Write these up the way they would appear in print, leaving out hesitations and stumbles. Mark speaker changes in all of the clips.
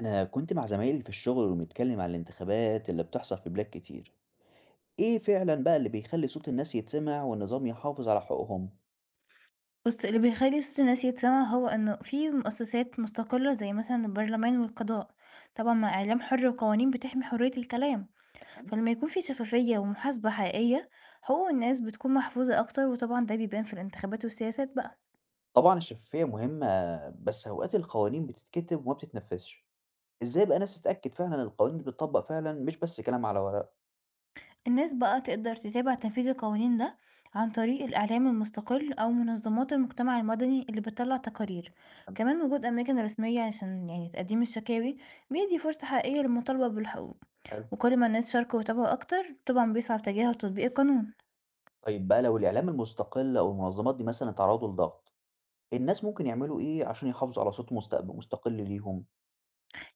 Speaker 1: أنا كنت مع زمايلي في الشغل وبنتكلم عن الانتخابات اللي بتحصل في بلاد كتير، إيه فعلا بقى اللي بيخلي صوت الناس يتسمع والنظام يحافظ على حقوقهم؟
Speaker 2: بُص، اللي بيخلّي صوت الناس يتسمع هو إنه في مؤسسات مستقلة زي مثلًا البرلمان والقضاء، طبعًا مع إعلام حر وقوانين بتحمي حرية الكلام،
Speaker 1: تمام.
Speaker 2: فلمّا يكون في شفافية ومحاسبة حقيقية، حقوق الناس بتكون محفوظة أكتر وطبعًا ده بيبان في الانتخابات والسياسات بقى.
Speaker 1: طبعا الشفافية مهمة بس أوقات القوانين بتتكتب وما بتتنفذش، إزاي بقى الناس تتأكد فعلا إن القوانين بتطبق فعلا مش بس كلام على ورق؟
Speaker 2: الناس بقى تقدر تتابع تنفيذ القوانين ده عن طريق الإعلام المستقل أو منظمات المجتمع المدني اللي بتطلّع تقارير.
Speaker 1: تمام.
Speaker 2: كمان وجود أماكن رسمية عشان يعني تقديم الشكاوي بيدي فرصة حقيقية للمطالبة بالحقوق.
Speaker 1: حلو.
Speaker 2: وكل ما الناس شاركوا وتابعوا أكتر طبعا بيصعب تجاهل تطبيق القانون.
Speaker 1: طيب بقى لو الإعلام المستقل أو المنظمات دي مثلا اتعرضوا لضغط، الناس ممكن يعملوا إيه عشان يحافظوا على صوت مستقبل مستقل ليهم؟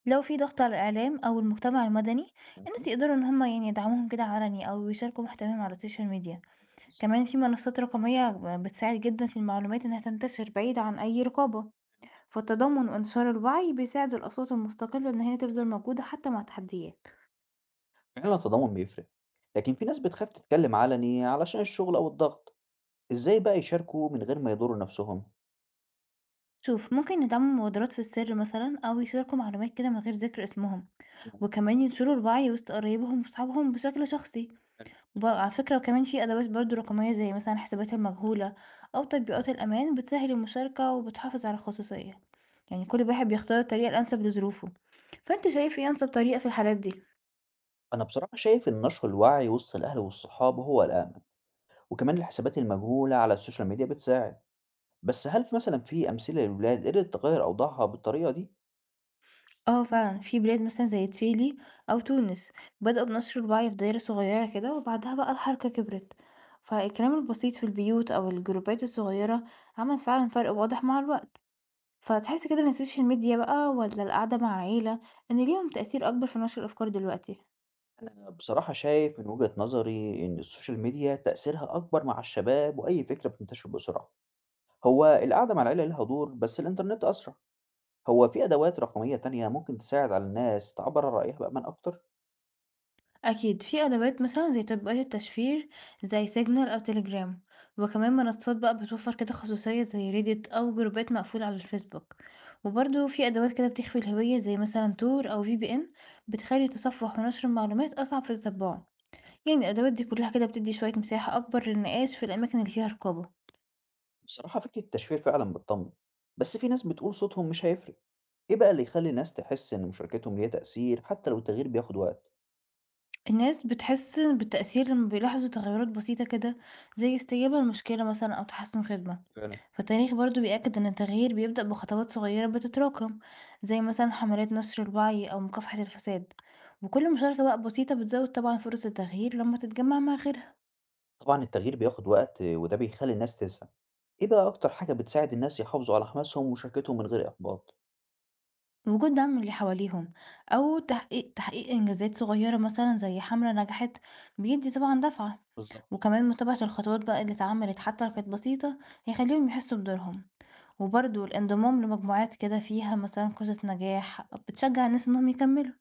Speaker 2: لو في ضغط على الإعلام أو المجتمع المدني الناس
Speaker 1: مهم.
Speaker 2: يقدروا إن هما يعني يدعموهم كده علني أو يشاركوا محتواهم على السوشيال ميديا.
Speaker 1: كويس.
Speaker 2: كمان في منصات رقمية بتساعد جدا في المعلومات إنها تنتشر بعيد عن أي رقابة، فالتضامن وانتشار الوعي بيساعد الأصوات المستقلة إن هي تفضل موجودة حتى مع التحديات.
Speaker 1: فعلا التضامن بيفرق، لكن في ناس بتخاف تتكلم علني علشان الشغل أو الضغط. إزاي بقى يشاركوا من غير ما يضروا نفسهم؟
Speaker 2: شوف، ممكن يدعموا مبادرات في السر مثلا أو يشاركوا معلومات كده من غير ذكر اسمهم،
Speaker 1: تمام.
Speaker 2: وكمان ينشروا الوعي وسط قرايبهم وصحابهم بشكل شخصي.
Speaker 1: حلو.
Speaker 2: على فكرة وكمان في أدوات برضو رقمية زي مثلا حسابات المجهولة أو تطبيقات الأمان بتسهل المشاركة وبتحافظ على الخصوصية. يعني كل واحد بيختار الطريقة الأنسب لظروفه، فأنت شايف إيه أنسب طريقة في الحالات دي؟
Speaker 1: أنا بصراحة شايف إن نشر الوعي وسط الأهل والصحاب هو الأمل، وكمان الحسابات المجهولة على السوشيال ميديا بتساعد. بس هل في مثلا في أمثلة للولاد قدرت تغير أوضاعها بالطريقة دي؟
Speaker 2: اه، فعلا في بلاد مثلا زي تشيلي أو تونس بدأوا بنشر الوعي في دايرة صغيرة كده وبعدها بقى الحركة كبرت. فالكلام البسيط في البيوت أو الجروبات الصغيرة عمل فعلا فرق واضح مع الوقت. فتحس كده إن السوشيال ميديا بقى ولا القعدة مع العيلة إن ليهم تأثير أكبر في نشر الأفكار دلوقتي.
Speaker 1: أنا بصراحة شايف من وجهة نظري إن السوشيال ميديا تأثيرها أكبر مع الشباب، وأي فكرة بتنتشر بسرعة. هو القعدة مع العيلة لها دور بس الإنترنت أسرع. هو في أدوات رقمية تانية ممكن تساعد على الناس تعبّر عن رأيها بأمان أكتر؟
Speaker 2: أكيد في أدوات مثلا زي تطبيقات التشفير زي سيجنال أو تليجرام، وكمان منصات بقى بتوفر كده خصوصية زي ريديت أو جروبات مقفولة على الفيسبوك، وبرضه في أدوات كده بتخفي الهوية زي مثلا تور أو في بي إن بتخلي تصفح ونشر المعلومات أصعب في التتبع. يعني الأدوات دي كلها كده بتدي شوية مساحة أكبر للنقاش في الأماكن اللي فيها رقابة.
Speaker 1: بصراحة فكرة التشفير فعلًا بتطمن، بس في ناس بتقول صوتهم مش هيفرق، إيه بقى اللي يخلّي الناس تحس إن مشاركتهم ليها تأثير حتى لو التغيير بياخد وقت؟
Speaker 2: الناس بتحس بالتأثير لما بيلاحظوا تغيرات بسيطة كده زي استجابة لمشكلة مثلا أو تحسن خدمة.
Speaker 1: فعلا.
Speaker 2: فالتاريخ برضو بيأكد إن التغيير بيبدأ بخطوات صغيرة بتتراكم زي مثلا حملات نشر الوعي أو مكافحة الفساد، وكل مشاركة بقى بسيطة بتزود طبعا فرص التغيير لما تتجمع مع غيرها.
Speaker 1: طبعًا التغيير بياخد وقت وده بيخلي الناس تزهق، إيه بقى أكتر حاجة بتساعد الناس يحافظوا على حماسهم ومشاركتهم من غير إحباط؟
Speaker 2: وجود دعم من اللي حواليهم أو تحقيق إنجازات صغيرة مثلا زي حملة نجحت بيدي طبعا دفعة.
Speaker 1: بالظبط.
Speaker 2: وكمان متابعة الخطوات بقى اللي اتعملت حتى لو كانت بسيطة هيخليهم يحسوا بدورهم، وبرضو الانضمام لمجموعات كده فيها مثلا قصص نجاح بتشجع الناس إنهم يكملوا.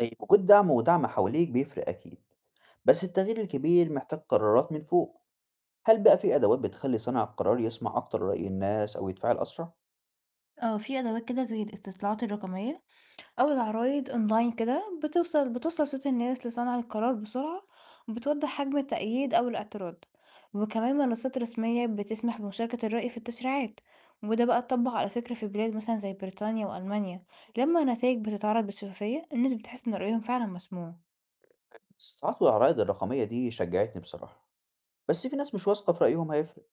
Speaker 1: طيب وجود دعم حواليك بيفرق أكيد، بس التغيير الكبير محتاج قرارات من فوق، هل بقى في أدوات بتخلي صانع القرار يسمع أكتر رأي الناس أو يتفاعل أسرع؟
Speaker 2: آه، في أدوات كده زي الاستطلاعات الرقمية أو العرايض أونلاين كده بتوصل صوت الناس لصانع القرار بسرعة، وبتوضح حجم التأييد أو الاعتراض. وكمان منصات رسمية بتسمح بمشاركة الرأي في التشريعات، وده بقى اتطبق على فكرة في بلاد مثلا زي بريطانيا وألمانيا. لما النتائج بتتعرض بشفافية الناس بتحس إن رأيهم فعلا مسموع.
Speaker 1: ساعات والعراض الرقمية دي شجعتني بصراحة، بس في ناس مش واثقة في رأيهم هيفرق.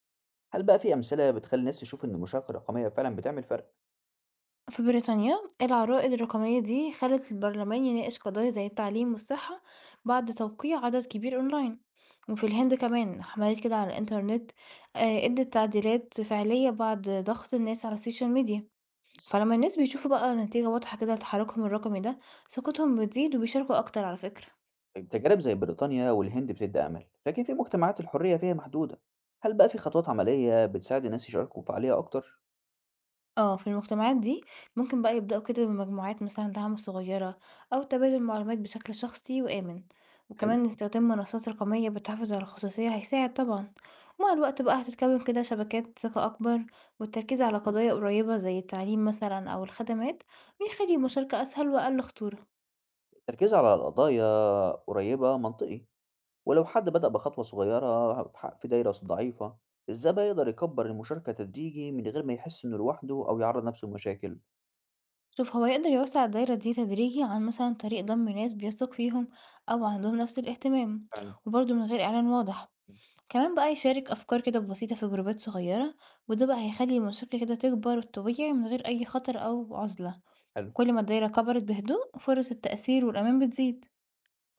Speaker 1: هل بقى في أمثلة بتخلي الناس تشوف إن المشاركة الرقمية فعلا بتعمل فرق؟
Speaker 2: في بريطانيا العراء الرقمية دي خلت البرلمان يناقش قضايا زي التعليم والصحة بعد توقيع عدد كبير أونلاين. وفي الهند كمان حملات كده على الإنترنت آه، ادت تعديلات فعلية بعد ضغط الناس على السوشيال ميديا.
Speaker 1: س-
Speaker 2: فلما الناس بيشوفوا بقى نتيجة واضحة كده لتحركهم الرقمي ده ثقتهم بتزيد وبيشاركوا أكتر على فكرة.
Speaker 1: تجارب زي بريطانيا والهند بتدي أمل، لكن في مجتمعات الحرية فيها محدودة. هل بقى في خطوات عملية بتساعد الناس يشاركوا بفعالية أكتر؟
Speaker 2: آه، في المجتمعات دي ممكن بقى يبدأوا كده بمجموعات مثلا دعم صغيرة أو تبادل معلومات بشكل شخصي وآمن،
Speaker 1: حلو.
Speaker 2: وكمان استخدام منصات رقمية بتحافظ على الخصوصية هيساعد طبعا. ومع الوقت بقى هتتكون كده شبكات ثقة أكبر، والتركيز على قضايا قريبة زي التعليم مثلا أو الخدمات بيخلي المشاركة أسهل وأقل خطورة.
Speaker 1: التركيز على القضايا قريبة منطقي. ولو حد بدأ بخطوة صغيرة في دايرة ضعيفة، إزاي بقى يقدر يكبر المشاركة تدريجي من غير ما يحس إنه لوحده أو يعرض نفسه لمشاكل؟
Speaker 2: شوف، هو يقدر يوسع الدايرة دي تدريجي عن مثلا طريق ضم ناس بيثق فيهم أو عندهم نفس الاهتمام،
Speaker 1: فعلا.
Speaker 2: وبرضه من غير إعلان واضح. كمان بقى يشارك أفكار كده بسيطة في جروبات صغيرة، وده بقى هيخلي المشاركة كده تكبر طبيعي من غير أي خطر أو عزلة.
Speaker 1: حلو.
Speaker 2: كل ما الدايرة كبرت بهدوء فرص التأثير والأمان بتزيد.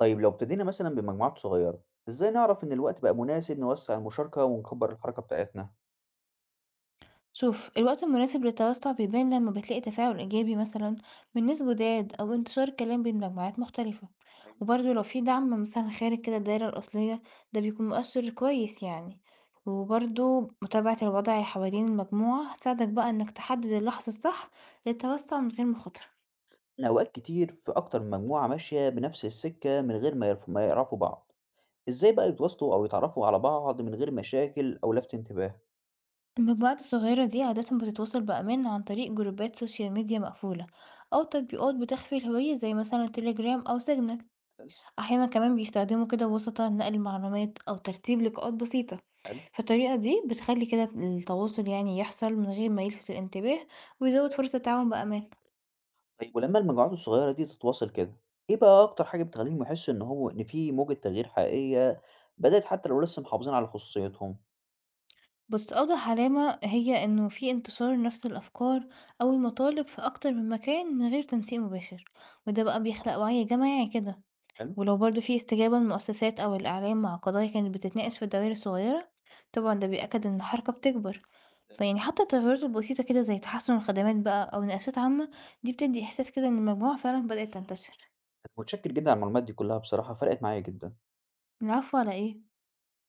Speaker 1: طيب لو ابتدينا مثلا بمجموعات صغيرة، إزاي نعرف إن الوقت بقى مناسب نوسّع المشاركة ونكبّر الحركة بتاعتنا؟
Speaker 2: شوف، الوقت المناسب للتوسع بيبان لما بتلاقي تفاعل إيجابي مثلا من ناس جداد أو انتشار كلام بين مجموعات مختلفة.
Speaker 1: أيوه.
Speaker 2: وبرضه لو في دعم مثلا خارج كده الدايرة الأصلية ده بيكون مؤثر كويس يعني. وبرضه متابعة الوضع حوالين المجموعة هتساعدك بقى إنك تحدد اللحظة الصح للتوسع من غير مخاطرة.
Speaker 1: لأن أوقات كتير في أكتر من مجموعة ماشية بنفس السكة من غير ما يعرفوا بعض، إزاي بقى يتواصلوا أو يتعرفوا على بعض من غير مشاكل أو لَفْت انتباه؟
Speaker 2: المجموعات الصغيرة دي عادة بتتواصل بأمان عن طريق جروبات سوشيال ميديا مقفولة أو تطبيقات بتخفي الهوية زي مثلا تليجرام أو سيجنال.
Speaker 1: بس.
Speaker 2: أحيانا كمان بيستخدموا كده وسطة لنقل المعلومات أو ترتيب لقاءات بسيطة.
Speaker 1: حلو.
Speaker 2: فالطريقة دي بتخلي كده التواصل يعني يحصل من غير ما يلفت الانتباه ويزود فرص التعاون بأمان.
Speaker 1: طيب ولمّا المجموعات الصغيرة دي تتواصل كده، إيه بقى أكتر حاجة بتخلّيهم يحسّوا إن في موجة تغيير حقيقية بدأت حتى لو لسه محافظين على خصوصيتهم؟
Speaker 2: بس أوضح علامة هي إنه في انتشار نفس الأفكار أو المطالب في أكتر من مكان من غير تنسيق مباشر، وده بقى بيخلق وعي جماعي كده.
Speaker 1: حلو.
Speaker 2: ولو برضه في استجابة من المؤسسات أو الإعلام مع قضايا كانت بتتناقش في الدوائر الصغيرة طبعا ده بيأكد إن الحركة بتكبر.
Speaker 1: ممتاز.
Speaker 2: فيعني حتى التغيرات البسيطة كده زي تحسن الخدمات بقى أو نقاشات عامة دي بتدي إحساس كده إن المجموعة فعلا بدأت تنتشر.
Speaker 1: متشكر جدًا على المعلومات دي كلّها، بصراحة فرقت معايا جدًا.
Speaker 2: العفو، على إيه؟